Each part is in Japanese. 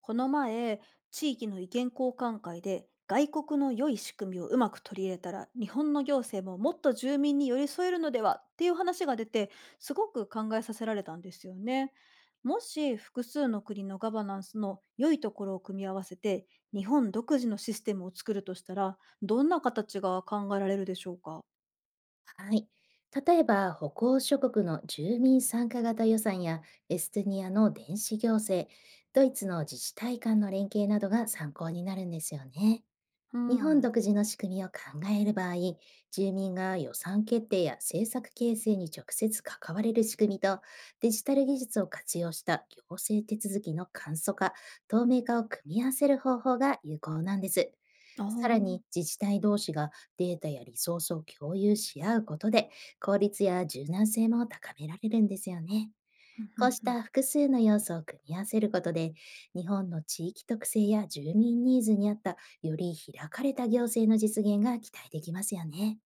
この前、地域の意見交換会で外国の良い仕組みをうまく取り入れたら、日本の行政ももっと住民に寄り添えるのではっていう話が出て、すごく考えさせられたんですよね。もし複数の国のガバナンスの良いところを組み合わせて、日本独自のシステムを作るとしたら、どんな形が考えられるでしょうか。はい。例えば、歩行諸国の住民参加型予算や、エストニアの電子行政、ドイツの自治体間の連携などが参考になるんですよね。う日本ん。独自の仕組みを考える場合、住民が予算決定や政策形成に直接関われる仕組みと、デジタル技術を活用した行政手続きの簡素化、透明化を組み合わせる方法が有効なんです。あさらに、あ。自治体同士がデータやリソースを共有し合うことで、効率や柔軟性も高められるんですよね。ふんふこんうしふん。た複数の要素を組み合わせることで、日本の地域特性や住民ニーズに合ったより開かれた行政の実現が期待できますよね。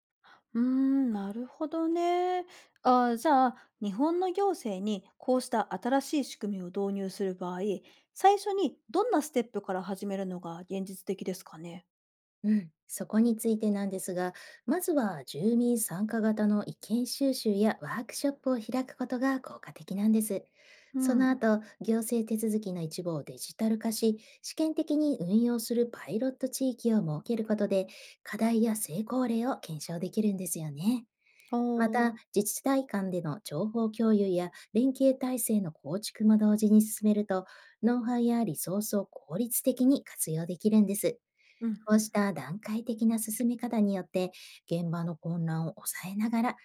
うーん、なるほどね。あーじゃあ、日本の行政にこうした新しい仕組みを導入する場合、最初にどんなステップから始めるのが現実的ですかね。うん、そこについてなんですが、まずは住民参加型の意見収集やワークショップを開くことが効果的なんです。うそのん。後、行政手続きの一部をデジタル化し、試験的に運用するパイロット地域を設けることで、課題や成功例を検証できるんですよね。おまた、ー。自治体間での情報共有や連携体制の構築も同時に進めると、ノウハウやリソースを効率的に活用できるんです。うんうんうこうん。した段階的な進め方によって、現場の混乱を抑えながら、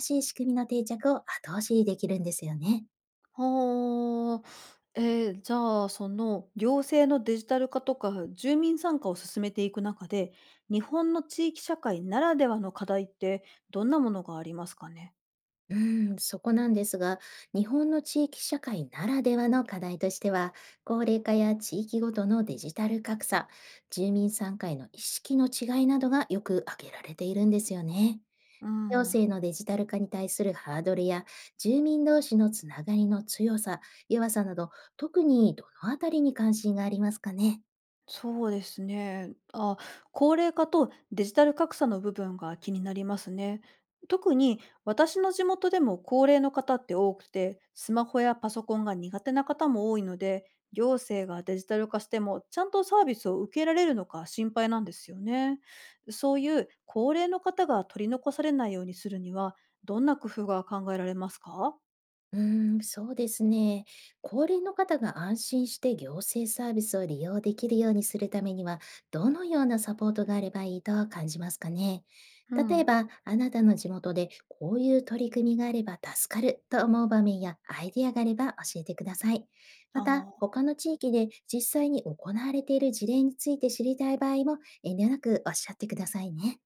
新しい仕組みの定着を後押しできるんですよね。はー。えーじゃあその行政のデジタル化とか住民参加を進めていく中で、日本の地域社会ならではの課題ってどんなものがありますかね。うん、そこなんですが、日本の地域社会ならではの課題としては、高齢化や地域ごとのデジタル格差、住民参加への意識の違いなどがよく挙げられているんですよね。う行ん、政のデジタル化に対するハードルや、住民同士のつながりの強さ、弱さなど、特にどのあたりに関心がありますかね？そうですね。あ、高齢化とデジタル格差の部分が気になりますね。特に私の地元でも高齢の方って多くて、スマホやパソコンが苦手な方も多いので、行政がデジタル化してもちゃんとサービスを受けられるのか心配なんですよね。そういう高齢の方が取り残されないようにするには、どんな工夫が考えられますか。うーん、そうですね。高齢の方が安心して行政サービスを利用できるようにするためには、どのようなサポートがあればいいと感じますかね？う例えん。ば、あなたの地元でこういう取り組みがあれば助かると思う場面やアイディアがあれば教えてください。あまた、あ。他の地域で実際に行われている事例について知りたい場合も遠慮なくおっしゃってくださいね。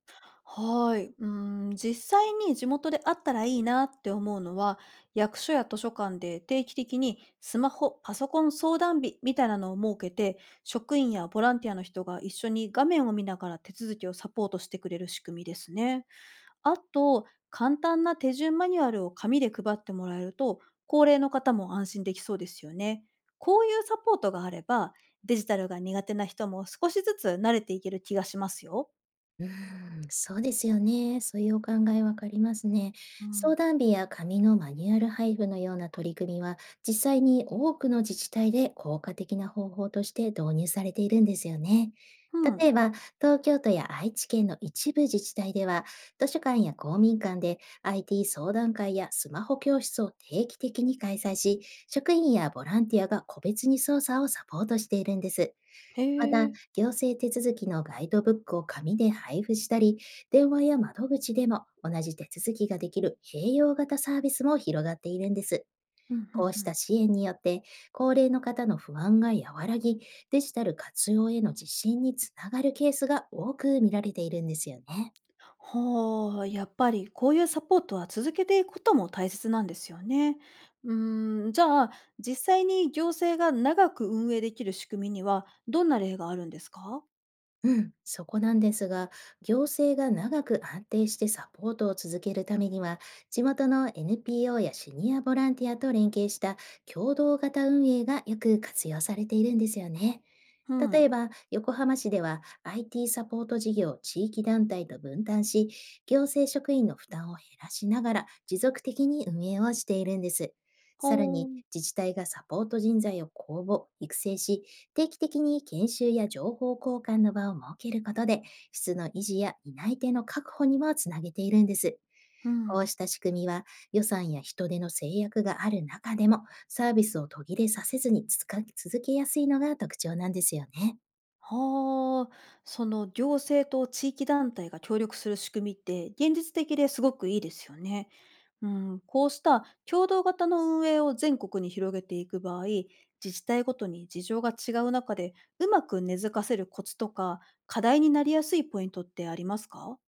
はい。うん、実際に地元であったらいいなって思うのは、役所や図書館で定期的にスマホ、パソコン相談日みたいなのを設けて、職員やボランティアの人が一緒に画面を見ながら手続きをサポートしてくれる仕組みですね。あと、簡単な手順マニュアルを紙で配ってもらえると、高齢の方も安心できそうですよね。こういうサポートがあれば、デジタルが苦手な人も少しずつ慣れていける気がしますよ。うーん、そうですよね。そういうお考えわかりますね。うん。相談日や紙のマニュアル配布のような取り組みは、実際に多くの自治体で効果的な方法として導入されているんですよね。う例ん。えば、東京都や愛知県の一部自治体では、図書館や公民館で IT 相談会やスマホ教室を定期的に開催し、職員やボランティアが個別に操作をサポートしているんです。へえ。行政手続きのガイドブックを紙で配布したり、電話や窓口でも同じ手続きができる併用型サービスも広がっているんです。ふんふんこうふしん。た支援によって、高齢の方の不安が和らぎ、デジタル活用への自信につながるケースが多く見られているんですよね。はあ、やっぱりこういうサポートは続けていくことも大切なんですよね。うーん、じゃあ、実際に行政が長く運営できる仕組みにはどんな例があるんですか？うん、そこなんですが、行政が長く安定してサポートを続けるためには、地元の NPO やシニアボランティアと連携した共同型運営がよく活用されているんですよね。う例えん。ば、横浜市では IT サポート事業を地域団体と分担し、行政職員の負担を減らしながら持続的に運営をしているんです。さらほに、う。自治体がサポート人材を公募、育成し、定期的に研修や情報交換の場を設けることで、質の維持や担い手の確保にもつなげているんです。うこん。うした仕組みは、予算や人手の制約がある中でもサービスを途切れさせずに続けやすいのが特徴なんですよね。はあ、その行政と地域団体が協力する仕組みって現実的ですごくいいですよね。うん、こうした共同型の運営を全国に広げていく場合、自治体ごとに事情が違う中で、うまく根付かせるコツとか、課題になりやすいポイントってありますか。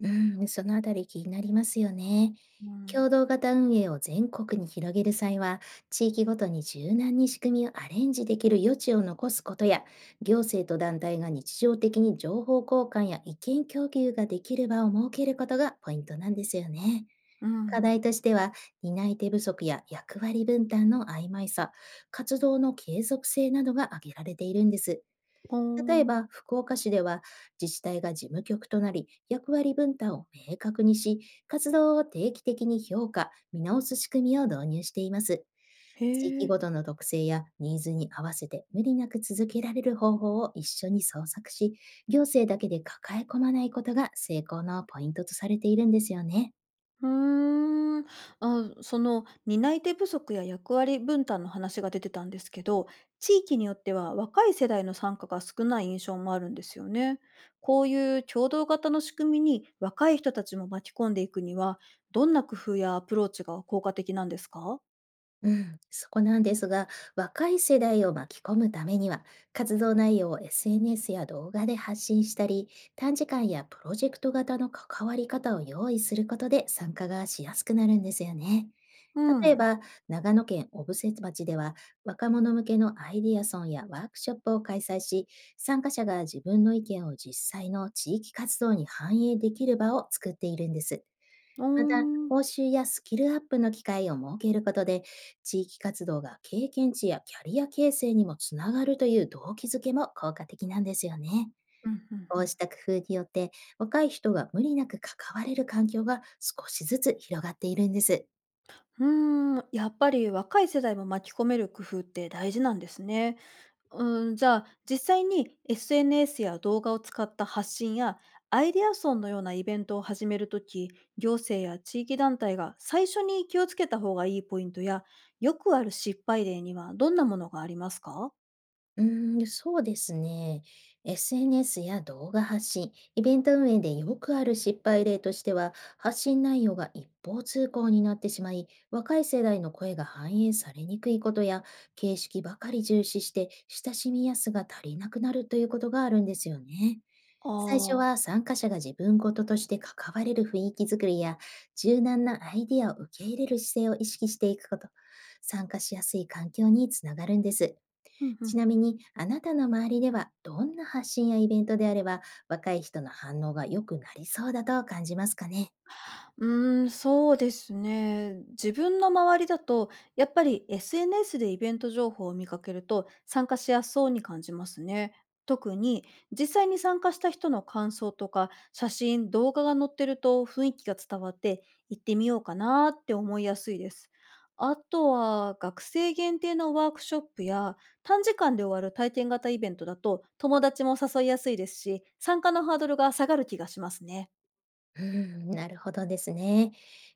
うん、そのあたり気になりますよね。うん。共同型運営を全国に広げる際は、地域ごとに柔軟に仕組みをアレンジできる余地を残すことや、行政と団体が日常的に情報交換や意見供給ができる場を設けることがポイントなんですよね。う課ん。題としては、担い手不足や役割分担の曖昧さ、活動の継続性などが挙げられているんです。ほー例えん。ば、福岡市では自治体が事務局となり、役割分担を明確にし、活動を定期的に評価、見直す仕組みを導入しています。へ地域え。ごとの特性やニーズに合わせて無理なく続けられる方法を一緒に創作し、行政だけで抱え込まないことが成功のポイントとされているんですよね。うーん。あ、その担い手不足や役割分担の話が出てたんですけど、地域によっては若い世代の参加が少ない印象もあるんですよね。こういう共同型の仕組みに若い人たちも巻き込んでいくには、どんな工夫やアプローチが効果的なんですか。うん、そこなんですが、若い世代を巻き込むためには、活動内容を SNS や動画で発信したり、短時間やプロジェクト型の関わり方を用意することで参加がしやすくなるんですよね。う例えん。ば、長野県小布施町では、若者向けのアイディアソンやワークショップを開催し、参加者が自分の意見を実際の地域活動に反映できる場を作っているんです。うーまた、ん。報酬やスキルアップの機会を設けることで、地域活動が経験値やキャリア形成にもつながるという動機づけも効果的なんですよね。うんうんうこうん。した工夫によって、若い人が無理なく関われる環境が少しずつ広がっているんです。うーん、やっぱり若い世代も巻き込める工夫って大事なんですね。うーん、じゃあ、実際に SNS や動画を使った発信や、アイデアソンのようなイベントを始めるとき、行政や地域団体が最初に気をつけた方がいいポイントや、よくある失敗例にはどんなものがありますか。うーん、そうですね。SNS や動画発信、イベント運営でよくある失敗例としては、発信内容が一方通行になってしまい、若い世代の声が反映されにくいことや、形式ばかり重視して親しみやすが足りなくなるということがあるんですよね。最初ああは、参加者が自分ごととして関われる雰囲気づくりや、柔軟なアイディアを受け入れる姿勢を意識していくこと、参加しやすい環境につながるんです。ー、うんうちん。なみに、あなたの周りではどんな発信やイベントであれば、若い人の反応が良くなりそうだと感じますかね？うーん、そうですね。自分の周りだと、やっぱり SNS でイベント情報を見かけると参加しやすそうに感じますね。特に実際に参加した人の感想とか写真、動画が載ってると雰囲気が伝わって行ってみようかなって思いやすいです。あとは学生限定のワークショップや短時間で終わる体験型イベントだと友達も誘いやすいですし、参加のハードルが下がる気がしますね。うん、なるほどですね。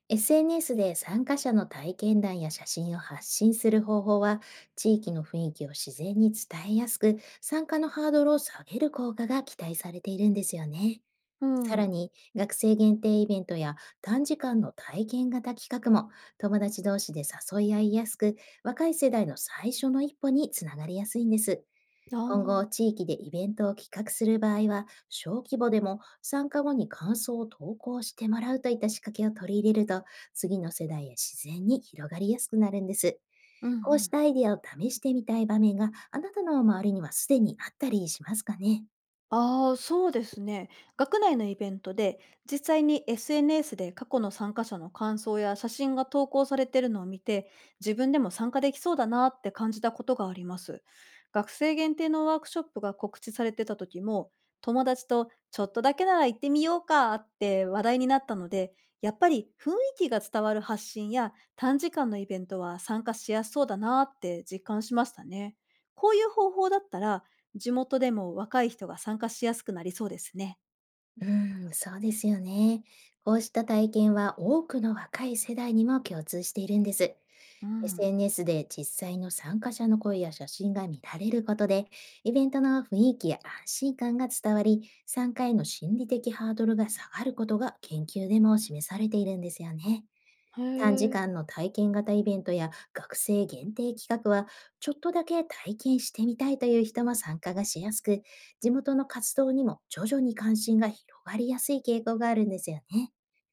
SNS で参加者の体験談や写真を発信する方法は、地域の雰囲気を自然に伝えやすく、参加のハードルを下げる効果が期待されているんですよね。うさらん。に、学生限定イベントや短時間の体験型企画も、友達同士で誘い合いやすく、若い世代の最初の一歩につながりやすいんです。あ今後、あ。地域でイベントを企画する場合は、小規模でも参加後に感想を投稿してもらうといった仕掛けを取り入れると、次の世代へ自然に広がりやすくなるんです。うんうこうしん。たアイディアを試してみたい場面が、あなたの周りにはすでにあったりしますかね？ああ、そうですね。学内のイベントで、実際に SNS で過去の参加者の感想や写真が投稿されてるのを見て、自分でも参加できそうだなって感じたことがあります。学生限定のワークショップが告知されてた時も、友達とちょっとだけなら行ってみようかって話題になったので、やっぱり雰囲気が伝わる発信や短時間のイベントは参加しやすそうだなって実感しましたね。こういう方法だったら地元でも若い人が参加しやすくなりそうですね。うーん、そうですよね。こうした体験は多くの若い世代にも共通しているんです。うん。SNS で実際の参加者の声や写真が見られることで、イベントの雰囲気や安心感が伝わり、参加への心理的ハードルが下がることが研究でも示されているんですよね。へ短時え。間の体験型イベントや学生限定企画は、ちょっとだけ体験してみたいという人も参加がしやすく、地元の活動にも徐々に関心が広がりやすい傾向があるんですよね。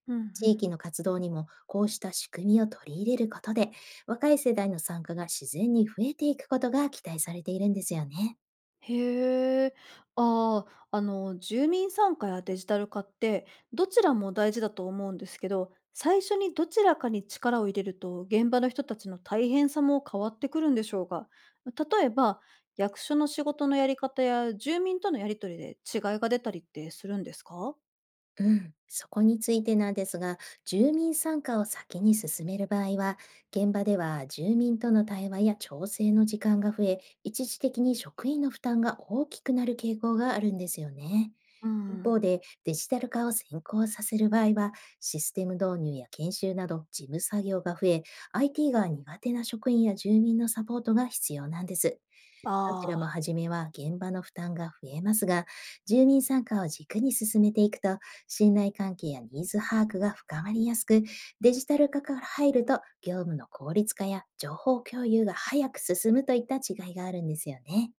うんうん。地域の活動にもこうした仕組みを取り入れることで、若い世代の参加が自然に増えていくことが期待されているんですよね。へえ。ああ、あの、住民参加やデジタル化って、どちらも大事だと思うんですけど、最初にどちらかに力を入れると、現場の人たちの大変さも変わってくるんでしょうか。例えば、役所の仕事のやり方や住民とのやりとりで違いが出たりってするんですか。うん、そこについてなんですが、住民参加を先に進める場合は、現場では住民との対話や調整の時間が増え、一時的に職員の負担が大きくなる傾向があるんですよね。う一ん。方で、デジタル化を先行させる場合は、システム導入や研修など事務作業が増え、IT が苦手な職員や住民のサポートが必要なんです。どちらもああ、初めは現場の負担が増えますが、住民参加を軸に進めていくと、信頼関係やニーズ把握が深まりやすく、デジタル化から入ると業務の効率化や情報共有が早く進むといった違いがあるんですよね。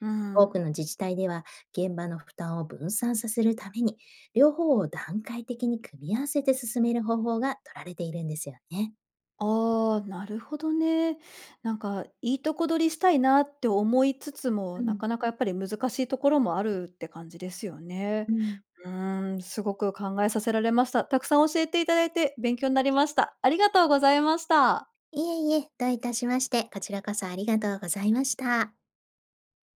う多くん。の自治体では、現場の負担を分散させるために、両方を段階的に組み合わせて進める方法が取られているんですよね。ああ、なるほどね。なんかいいとこ取りしたいなって思いつつも、うなん、かなかやっぱり難しいところもあるって感じですよね。うん。うーん、すごく考えさせられました。たくさん教えていただいて勉強になりました。ありがとうございました。いえいえ、どういたしまして、こちらこそありがとうございました。